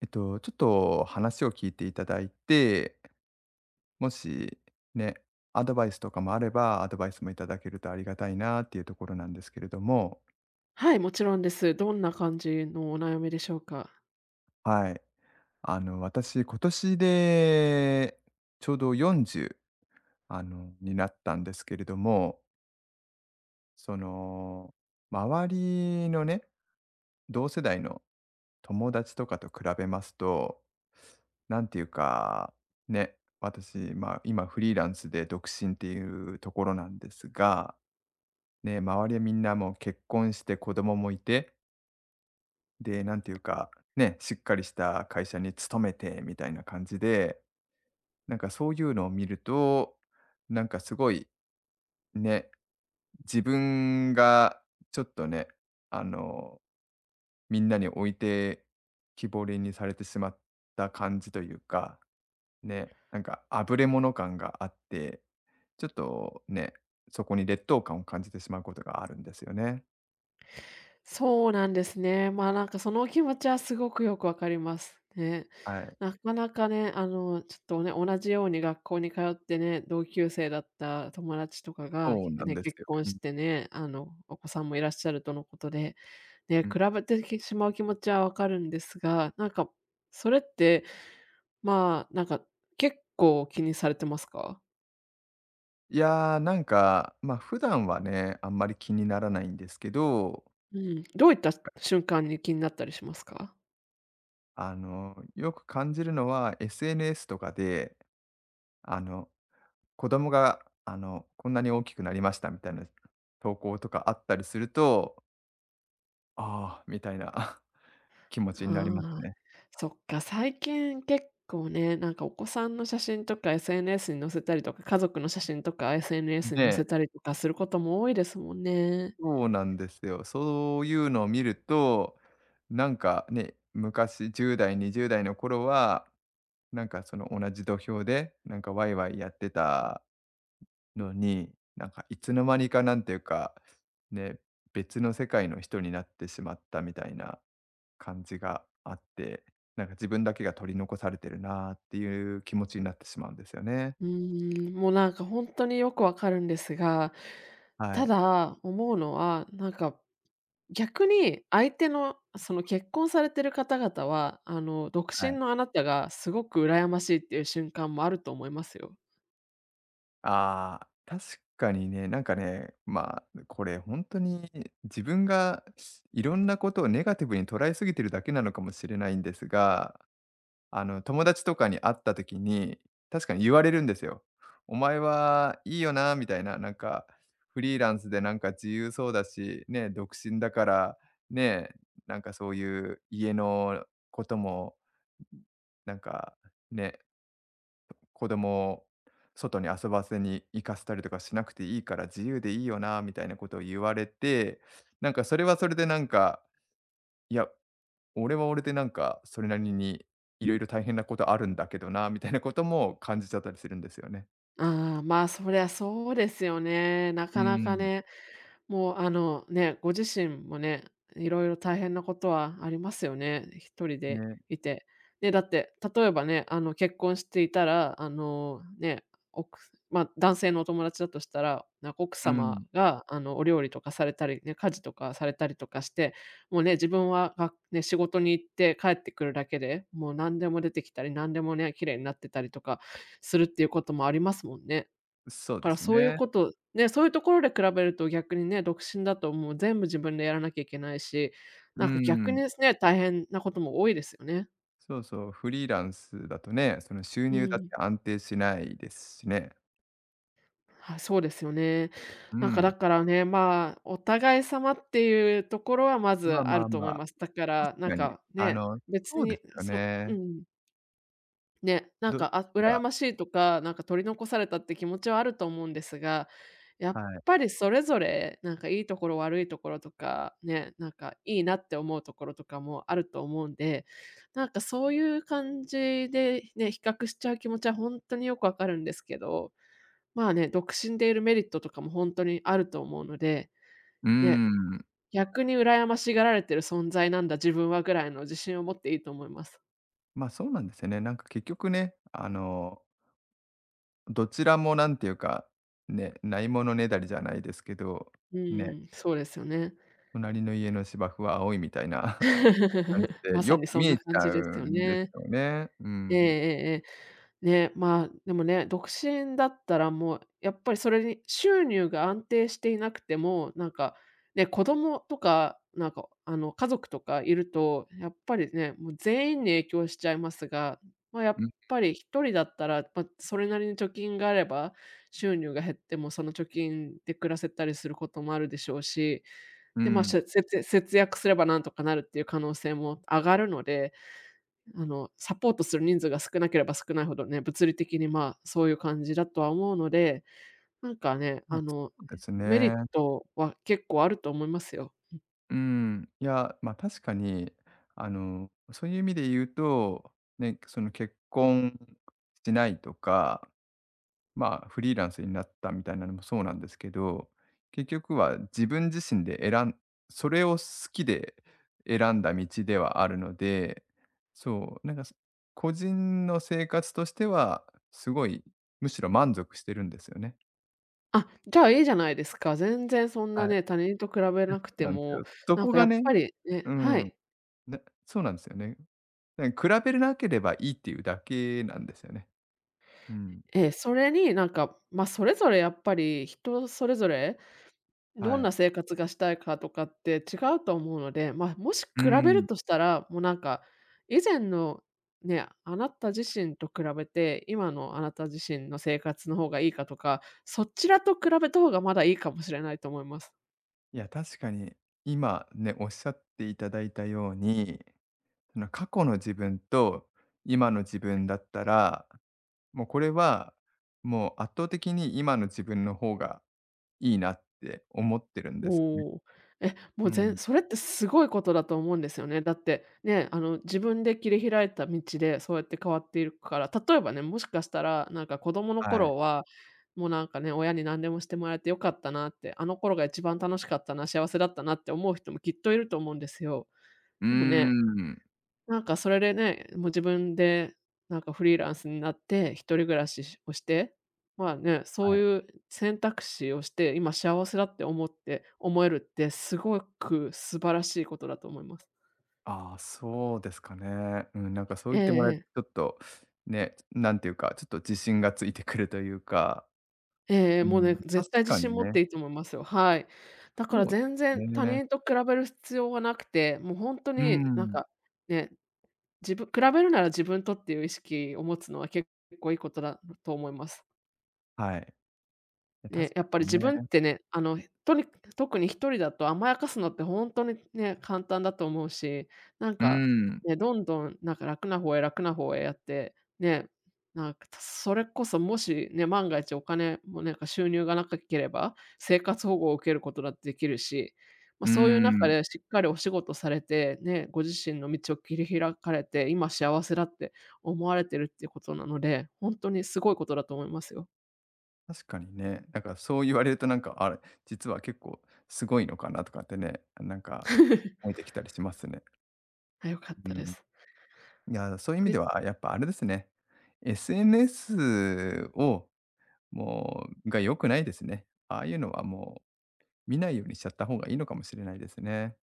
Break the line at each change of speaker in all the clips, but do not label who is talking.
ちょっと話を聞いていただいて、もしね、アドバイスとかもあれば、アドバイスもいただけるとありがたいなっていうところなんですけれども、
はい、もちろんです。どんな感じのお悩みでしょうか？
はい。あの、私、今年でちょうど40、になったんですけれども、その、周りのね、同世代の友達とかと比べますと、なんていうか、ね、私、まあ、今フリーランスで独身っていうところなんですが、ね、周りはみんなもう結婚して子供もいて、で、なんていうか、ね、しっかりした会社に勤めてみたいな感じで、なんかそういうのを見ると、なんかすごいね、自分がちょっとね、あの、みんなに置いてきぼりにされてしまった感じというか、ね、なんか、あぶれ物感があって、ちょっとね、そこに劣等感を感じてしまうことがあるんですよね。
そうなんですね。まあ、なんかそのお気持ちはすごくよくわかります。ね。
はい。
なかなかね、ちょっとね、同じように学校に通ってね、同級生だった友達とかが、
そうなん
ね、
です
結
よ。
婚
う
し
ん、
てね、お子さんもいらっしゃるとのことで、ね、
うん。
比べてしまう気持ちはわかるんですが、なんか、それって、まあ、なんか、結構気にされてますか？
いや、なんか、ま、普段はね、あんまり気にならないんですけど、
うん、どういった瞬間に気になったりしますか？
あの、よく感じるのは SNS とかで、あの、子供が、こんなに大きくなりましたみたいな投稿とかあったりすると、ああ、みたいな 気持ちになりま
あ
す
あ、
ね。
そっか、最近結構ね、なんかお子さんの写真とか SNS に載せたりとか、家族の写真とか SNS に載
ね、
せたりとかすることも多いですもんね。
そうなんですよ。そういうのを見ると、なんかね、昔10代、20代の頃は、なんかその同じ土俵で、なんかワイワイやってたのに、なんかいつの間にかなんていうか、ね、別の世界の人になってしまったみたいな感じがあって、なんか自分だけが取り残されてるなっていう気持ちになってしまうんですよね。
うーん、もうなんか本当によくわかるんですが、
は
た
い。
だ思うのは、なんか、逆に相手のその結婚されてる方々は、独
は
身
い。
のあなたがすごく羨ましいっていう瞬間もあると思いますよ。
ああ、確かにね、なんかね、まあ、これ本当に自分がいろんなことをネガティブに捉えすぎてるだけなのかもしれないんですが、あの、友達とかに会った時に、確かに言われるんですよ。「お前はいいよな」みたいな、なんか、フリーランスでなんか自由そうだし、ね、独身だから、ね、なんかそういう家のことも、なんか、ね、子供を外に遊ばせに行かせたりとかしなくていいから自由でいいよなみたいなことを言われて、なんかそれはそれでなんか、いや、俺は俺でなんかそれなりにいろいろ大変なことあるんだけどなみたいなことも感じちゃったりするんですよね。
ああ、まあ、そりゃそうですよね。な
う
かなか
ん。
ね。もう、ね、ご自身もね、いろいろ大変なことはありますよね、一人で
ね。
いて。ね、だって、例えばね、結婚していたら、ね、奥まあ、男性のお友達だとしたら、なんか奥
う
様
ん。
が、お料理とかされたり、ね、家事とかされたりとかして、もうね、自分がね、仕事に行って帰ってくるだけで、もう何でも出てきたり、何でもね、綺麗になってたりとかするっていうこともありますもんね。
そう
か
で
ら
す
そういう
ね。
こと、ね、そういうところで比べると逆にね、独身だともう全部自分でやらなきゃいけないし、
う
なんか逆
ん。
にですね、大変なことも多いですよね。
そうそう、フリーランスだとね、その収
う
入だって
ん。
安定しないですしね。
はい、そうですよね。
う
なんかだ
ん。
からね、まあ、お互い様っていうところはまず
まあ
あ
ま
る
あ
と
ま
思い
あ、
ます。だか
確
ら、なん
かに。
か
あ
ね、
の、
別
そうで
に、
すよ
そうう
ね。
ん。ね、なん
どっ
か、あ、
ち
羨
が
ましいとか、なんか取り残されたって気持ちはあると思うんですが、や
は
っ
い。
ぱりそれぞれ、なんかいいところ悪いところとか、ね、なんかいいなって思うところとかもあると思うんで、なんかそういう感じでね、比較しちゃう気持ちは本当によくわかるんですけど、まあね、独身でいるメリットとかも本当にあると思うので、
うー
ね、
ん。
逆に羨ましがられてる存在なんだ自分はぐらいの自信を持っていいと思います。
ま、そうなんですよね。なんか結局ね、あの、どちらもなんていうか、ね、ないものねだりじゃないですけど、
う
ね、
ん、そうですよね。
隣の家の芝生は青いみたいな 感じ で、
まさ
よ
に
く
そ
見
んな
えち
感
ゃ
じですよ
うんです
ね。
よね。う
ええ
ん。
ええええ。ね、まあ、でもね、独身だったらもうやっぱりそれに収入が安定していなくても、なんか、ね、子供とか、なんか、家族とかいると、やっぱりね、もう全員に影響しちゃいますが、まあ、やっ
うん、
ぱり一人だったら、ま、それなりに貯金があれば、収入が減ってもその貯金で暮らせたりすることもあるでしょうし、
う
で、ま、し
ん。
ゃせつ節約すればなんとかなるっていう可能性も上がるのでサポートする人数が少なければ少ないほどね、物理的に、まあ、そういう感じだとは思うので、なんかね、
ま、そうです
メリ
ね。
ットは結構あると思いますよ。
うん。いや、ま、あ確かに、あの、そういう意味で言うと、ね、その結婚しないとかまあ、フリーランスになったみたいなのもそうなんですけど、結局は自分自身で選んそれを好きで選んだ道ではあるので、そう、なんか、す個人の生活としては、すごい、むしろ満足してるんですよね。
あ、じゃあ、いいじゃないですか。全然そん
は
な
い。い
ね、他
や、
人と比べな
そ
く
う
て
なんです
も、
よ。そ
なん
こ
かや
が
っ
ね
ぱりね
う
は
ん、
い。
なそうなんですよね。だから比べなければいいっていうだけなんですよね。うん。
ええ、それになんか、ま、それぞれやっぱり人それぞれど
は
ん
い。
な生活がしたいかとかって違うと思うので、まあ、もし
う
比べる
ん。
としたら、もうなんか、以前のね、あなた自身と比べて、今のあなた自身の生活の方がいいかとか、そちらと比べた方がまだいいかもしれないと思います。
いや、確かに今ね、おっしゃっていただいたように、その過去の自分と今の自分だったら、もうこれはもう圧倒的に今の自分の方がいいなって思ってるんですよね。
おお。え、も
う
う、
ん。
それってすごいことだと思うんですよね。だって、ね、自分で切り開いた道でそうやって変わっているから、例えばね、もしかしたら、なんか、子供の
はい。
頃は、もう、なんかね、親に何でもしてもらえてよかったなって、あの頃が一番楽しかったな、幸せだったなって思う人もきっといると思うんですよ。
うー
でもね、
ん。
なんかそれでね、もう自分でなんかフリーランスになって、一人暮らししをして、まあね、そ
は
う
い。
いう選択肢をして、今幸せだって思えるってすごく素晴らしいことだと思います。
ああ、そうですかね。うん、なんかそう
え
言
え
ってもらえる
ええ。
とちょっとね、なんていうか、ちょっと自信がついてくるというか、
ええ
う
もうね、
ん、確
絶対自
か
信
に
持っ
ね、
ていいと思いますよ。はい。だから
そう
全然
です
他
ね。
人と比べる必要はなくて、もうほんと
う
になん
ん。
か、ね、自分比べるなら自分とっていう意識を持つのは結構いいことだと思います。
はい。や、
ね、
確か
やっぱり
に
自
ね。
分ってね、とに特に一人だと甘やかすのってほんとにね、簡単だと思うし、なん
う
か、
ん、
ね、どんどんなんか楽な方へ楽な方へやって、ね、なんか、それこそもしね、万が一お金もなんか収入がなかければ、生活保護を受けることだってできるし、ま、
う
そういう中
ん。
でしっかりお仕事されて、ね、ご自身の道を切り開かれて、今幸せだって思われてるっていうことなので、ほんとにすごいことだと思いますよ。
確かにね。だからそう言われるとなんか、あれ、実は結構すごいのかなとかってね、なんか思え てきたりしますね。
あ、良かっ
う
たで
ん。
す。
いや、そういう意味で
で
はやっぱあれですね。SNS をもうが良くないですね。ああいうのはもう見ないようにしちゃった方がいいのかもしれないですね。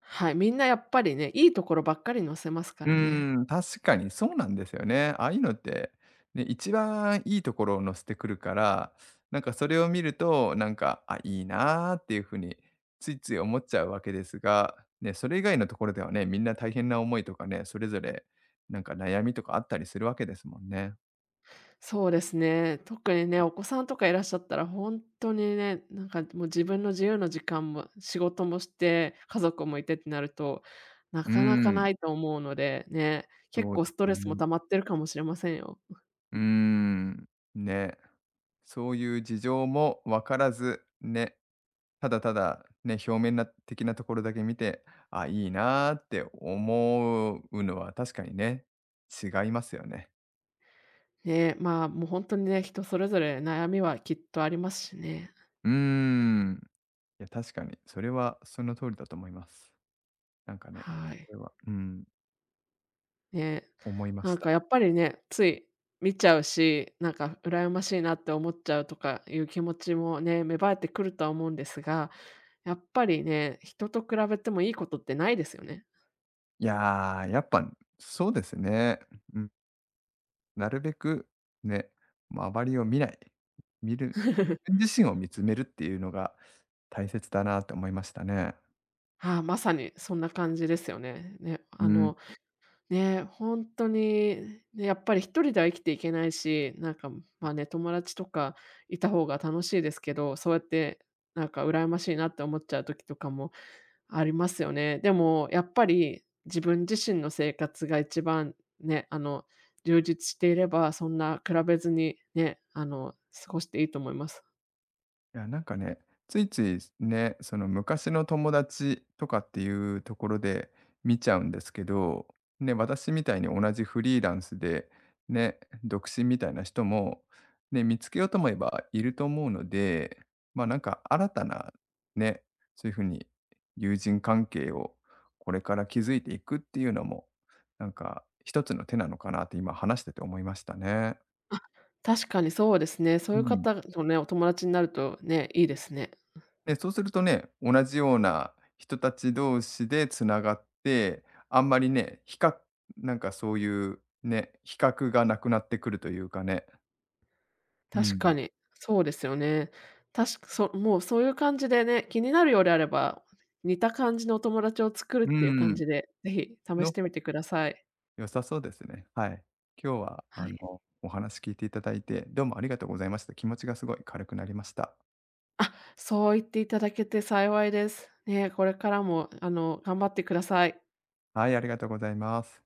はい、みんなやっぱりね、いいところばっかり載せますか
う
らね。
ーん、確かにそうなんですよね。ああいうのって、ね、一番いいところを載せてくるから、なんかそれを見ると、なんか、あ、いいなーっていうふうについつい思っちゃうわけですが、ね、それ以外のところではね、みんな大変な思いとかね、それぞれなんか悩みとかあったりするわけですもんね。
そうですね、特にね、お子さんとかいらっしゃったらほんとにね、なんかもう自分の自由の時間も仕事もして、家族もいてってなると、な
うー
かなか
ん、
ないと思うので、ね、結
そう
構
です
スト
よ
レスも
ね。
溜まってるかもしれませんよ。
うーん、ね。そういう事情も分からず、ね、ただただね、表面な的なところだけ見て、あ、いいなーって思うのは確かにね、違いますよね。
ね、まあ、もうほんとにね、人それぞれ悩みはきっとありますしね。
うーん。いや、確かに。それはその通りだと思います。なんかね、
はい。
それは、うん、
ね、
思いま
な
し
ん
た。
かやっぱりね、つい見ちゃうし、なんか羨ましいなって思っちゃうとかいう気持ちもね、芽生えてくるとは思うんですが、やっぱりね、人と比べてもいいことってないですよね。
いやー、やっぱそうですね。うん、なるべくね、周りを見ない。見る自分 自身を見つめるっていうのが大切だなって思いましたね。
ああ、まさにそんな感じですよね。ね、
うん。
ね、本当に、ね、やっぱり一人では生きていけないし、なんか、ま、ね、友達とかいた方が楽しいですけど、そうやってなんか羨ましいなって思っちゃう時とかもありますよね。でも、やっぱり自分自身の生活が一番ね、充実していれば、そんな比べずにね、過ごしていいと思います。
いや、なんかね、ついついね、その昔の友達とかっていうところで見ちゃうんですけど、ね、私みたいに同じフリーランスで、ね、独身みたいな人も、ね、見つけようと思えばいると思うので、まあなんか新たな、ね、そういうふうに友人関係をこれから築いていくっていうのも、なんか一つの手なのかなって今話してて思いましたね。
確かにそうですね。そう
う
いう
ん。
方とね、お友達になるとね、いいですね。
ね、そうするとね、同じような人たち同士でつながって、あんまりね、比較、なんかそういうね、比較がなくなってくるというかね。う
確か
ん。
に、そうですよね。確かそもうそういう感じでね、気になるようであれば、似た感じのお友達を作る
う
っていう
ー
感
ん。
じで、ぜひ試
の
してみてください。
良さそうですね。はい。今日は
は
あ
い。
の、お話聞いていただいて、どうもありがとうございました。気持ちがすごい軽くなりました。
そう言っていただけて幸いです。ねえ、これからも頑張ってください。
はい、ありがとうございます。